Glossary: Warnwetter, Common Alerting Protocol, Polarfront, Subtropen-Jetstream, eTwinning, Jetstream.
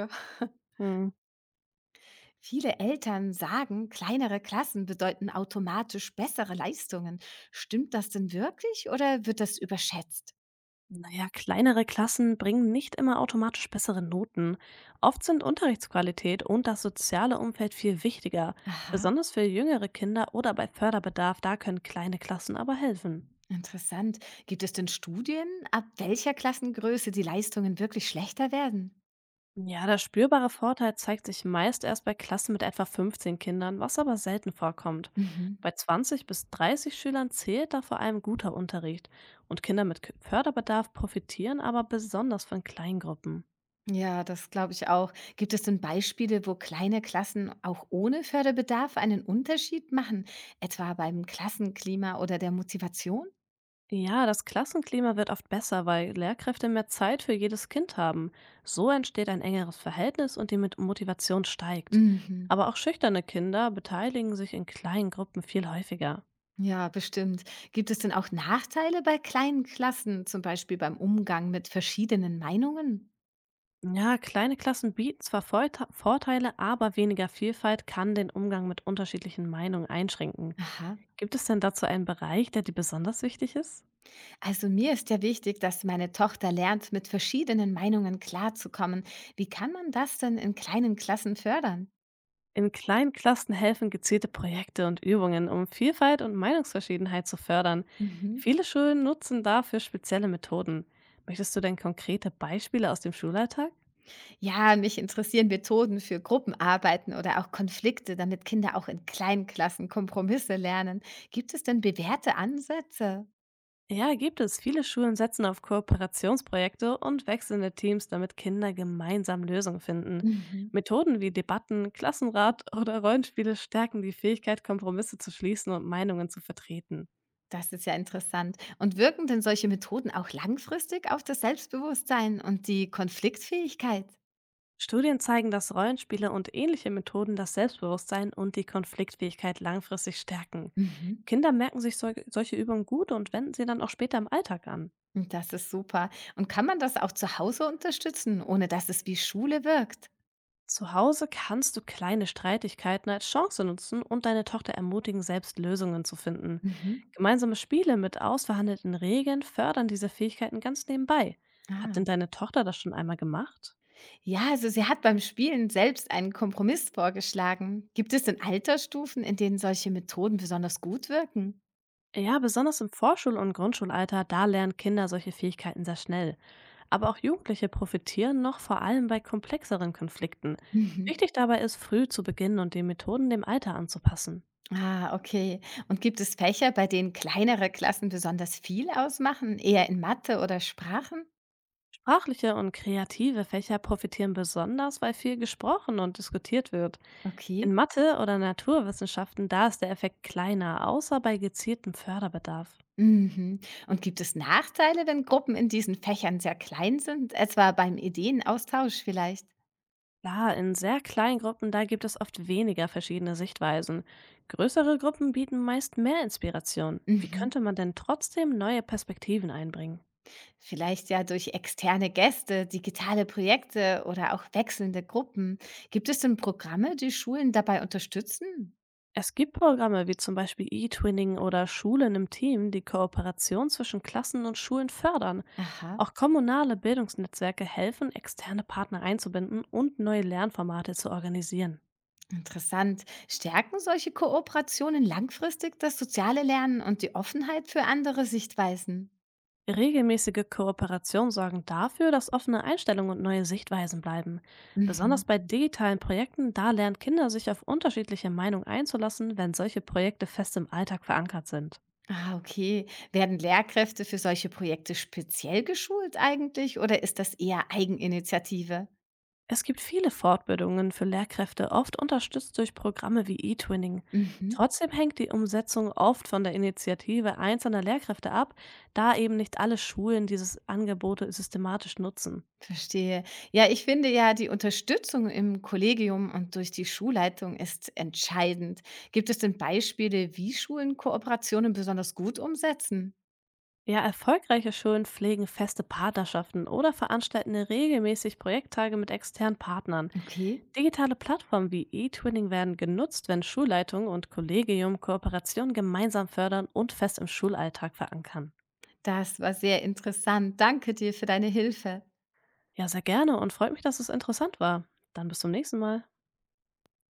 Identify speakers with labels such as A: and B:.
A: Hm.
B: Viele Eltern sagen, kleinere Klassen bedeuten automatisch bessere Leistungen. Stimmt das denn wirklich oder wird das überschätzt?
A: Naja, kleinere Klassen bringen nicht immer automatisch bessere Noten. Oft sind Unterrichtsqualität und das soziale Umfeld viel wichtiger.
B: Aha,
A: Besonders für jüngere Kinder oder bei Förderbedarf, da können kleine Klassen aber helfen.
B: interessant. Gibt es denn Studien, ab welcher Klassengröße die Leistungen wirklich schlechter werden?
A: Ja, der spürbare Vorteil zeigt sich meist erst bei Klassen mit etwa 15 Kindern, was aber selten vorkommt.
B: Mhm.
A: Bei 20 bis 30 Schülern zählt da vor allem guter Unterricht und Kinder mit Förderbedarf profitieren aber besonders von Kleingruppen.
B: Ja, das glaube ich auch. Gibt es denn Beispiele, wo kleine Klassen auch ohne Förderbedarf einen Unterschied machen, etwa beim Klassenklima oder der Motivation?
A: Ja, das Klassenklima wird oft besser, weil Lehrkräfte mehr Zeit für jedes Kind haben. So entsteht ein engeres Verhältnis und die Motivation steigt.
B: Mhm.
A: Aber auch schüchterne Kinder beteiligen sich in kleinen Gruppen viel häufiger.
B: Ja, bestimmt. Gibt es denn auch Nachteile bei kleinen Klassen, zum Beispiel beim Umgang mit verschiedenen Meinungen?
A: Ja, kleine Klassen bieten zwar Vorteile, aber weniger Vielfalt kann den Umgang mit unterschiedlichen Meinungen einschränken.
B: Aha.
A: Gibt es denn dazu einen Bereich, der dir besonders wichtig ist?
B: Also mir ist ja wichtig, dass meine Tochter lernt, mit verschiedenen Meinungen klarzukommen. Wie kann man das denn in kleinen Klassen fördern?
A: In kleinen Klassen helfen gezielte Projekte und Übungen, um Vielfalt und Meinungsverschiedenheit zu fördern.
B: Mhm.
A: Viele Schulen nutzen dafür spezielle Methoden. Möchtest du denn konkrete Beispiele aus dem Schulalltag?
B: Ja, mich interessieren Methoden für Gruppenarbeiten oder auch Konflikte, damit Kinder auch in kleinen Klassen Kompromisse lernen. Gibt es denn bewährte Ansätze?
A: Ja, gibt es. Viele Schulen setzen auf Kooperationsprojekte und wechselnde Teams, damit Kinder gemeinsam Lösungen finden.
B: Mhm.
A: Methoden wie Debatten, Klassenrat oder Rollenspiele stärken die Fähigkeit, Kompromisse zu schließen und Meinungen zu vertreten.
B: Das ist ja interessant. Und wirken denn solche Methoden auch langfristig auf das Selbstbewusstsein und die Konfliktfähigkeit?
A: Studien zeigen, dass Rollenspiele und ähnliche Methoden das Selbstbewusstsein und die Konfliktfähigkeit langfristig stärken.
B: Mhm.
A: Kinder merken sich solche Übungen gut und wenden sie dann auch später im Alltag an.
B: Und das ist super. Und kann man das auch zu Hause unterstützen, ohne dass es wie Schule wirkt?
A: Zu Hause kannst du kleine Streitigkeiten als Chance nutzen und deine Tochter ermutigen, selbst Lösungen zu finden.
B: Mhm.
A: Gemeinsame Spiele mit ausverhandelten Regeln fördern diese Fähigkeiten ganz nebenbei. Hat denn
B: Ah.
A: deine Tochter das schon einmal gemacht?
B: Ja, also sie hat beim Spielen selbst einen Kompromiss vorgeschlagen. Gibt es denn Altersstufen, in denen solche Methoden besonders gut wirken?
A: Ja, besonders im Vorschul- und Grundschulalter, da lernen Kinder solche Fähigkeiten sehr schnell. Aber auch Jugendliche profitieren noch vor allem bei komplexeren Konflikten.
B: Mhm.
A: Wichtig dabei ist, früh zu beginnen und die Methoden dem Alter anzupassen.
B: Ah, okay. Und gibt es Fächer, bei denen kleinere Klassen besonders viel ausmachen, eher in Mathe oder Sprachen?
A: Sprachliche und kreative Fächer profitieren besonders, weil viel gesprochen und diskutiert wird. In
B: Okay.
A: Mathe oder Naturwissenschaften, da ist der Effekt kleiner, außer bei gezieltem Förderbedarf.
B: Mhm. Und gibt es Nachteile, wenn Gruppen in diesen Fächern sehr klein sind, etwa beim Ideenaustausch vielleicht?
A: Klar, in sehr kleinen Gruppen, da gibt es oft weniger verschiedene Sichtweisen. Größere Gruppen bieten meist mehr Inspiration. Wie
B: Mhm.
A: könnte man denn trotzdem neue Perspektiven einbringen?
B: Vielleicht ja durch externe Gäste, digitale Projekte oder auch wechselnde Gruppen. Gibt es denn Programme, die Schulen dabei unterstützen?
A: Es gibt Programme wie zum Beispiel E-Twinning oder Schulen im Team, die Kooperation zwischen Klassen und Schulen fördern.
B: Aha,
A: Auch kommunale Bildungsnetzwerke helfen, externe Partner einzubinden und neue Lernformate zu organisieren.
B: interessant. Stärken solche Kooperationen langfristig das soziale Lernen und die Offenheit für andere Sichtweisen?
A: Regelmäßige Kooperationen sorgen dafür, dass offene Einstellungen und neue Sichtweisen bleiben.
B: Mhm.
A: Besonders bei digitalen Projekten, da lernen Kinder sich auf unterschiedliche Meinungen einzulassen, wenn solche Projekte fest im Alltag verankert sind.
B: Ah, okay. Werden Lehrkräfte für solche Projekte speziell geschult eigentlich oder ist das eher Eigeninitiative?
A: Es gibt viele Fortbildungen für Lehrkräfte, oft unterstützt durch Programme wie eTwinning.
B: Mhm.
A: Trotzdem hängt die Umsetzung oft von der Initiative einzelner Lehrkräfte ab, da eben nicht alle Schulen dieses Angebote systematisch nutzen.
B: Verstehe. Ja, ich finde ja, die Unterstützung im Kollegium und durch die Schulleitung ist entscheidend. Gibt es denn Beispiele, wie Schulen Kooperationen besonders gut umsetzen?
A: Ja, erfolgreiche Schulen pflegen feste Partnerschaften oder veranstalten regelmäßig Projekttage mit externen Partnern.
B: Okay,
A: Digitale Plattformen wie eTwinning werden genutzt, wenn Schulleitung und Kollegium Kooperation gemeinsam fördern und fest im Schulalltag verankern.
B: das war sehr interessant. Danke dir für deine Hilfe.
A: Ja, sehr gerne und freut mich, dass es interessant war. Dann bis zum nächsten Mal.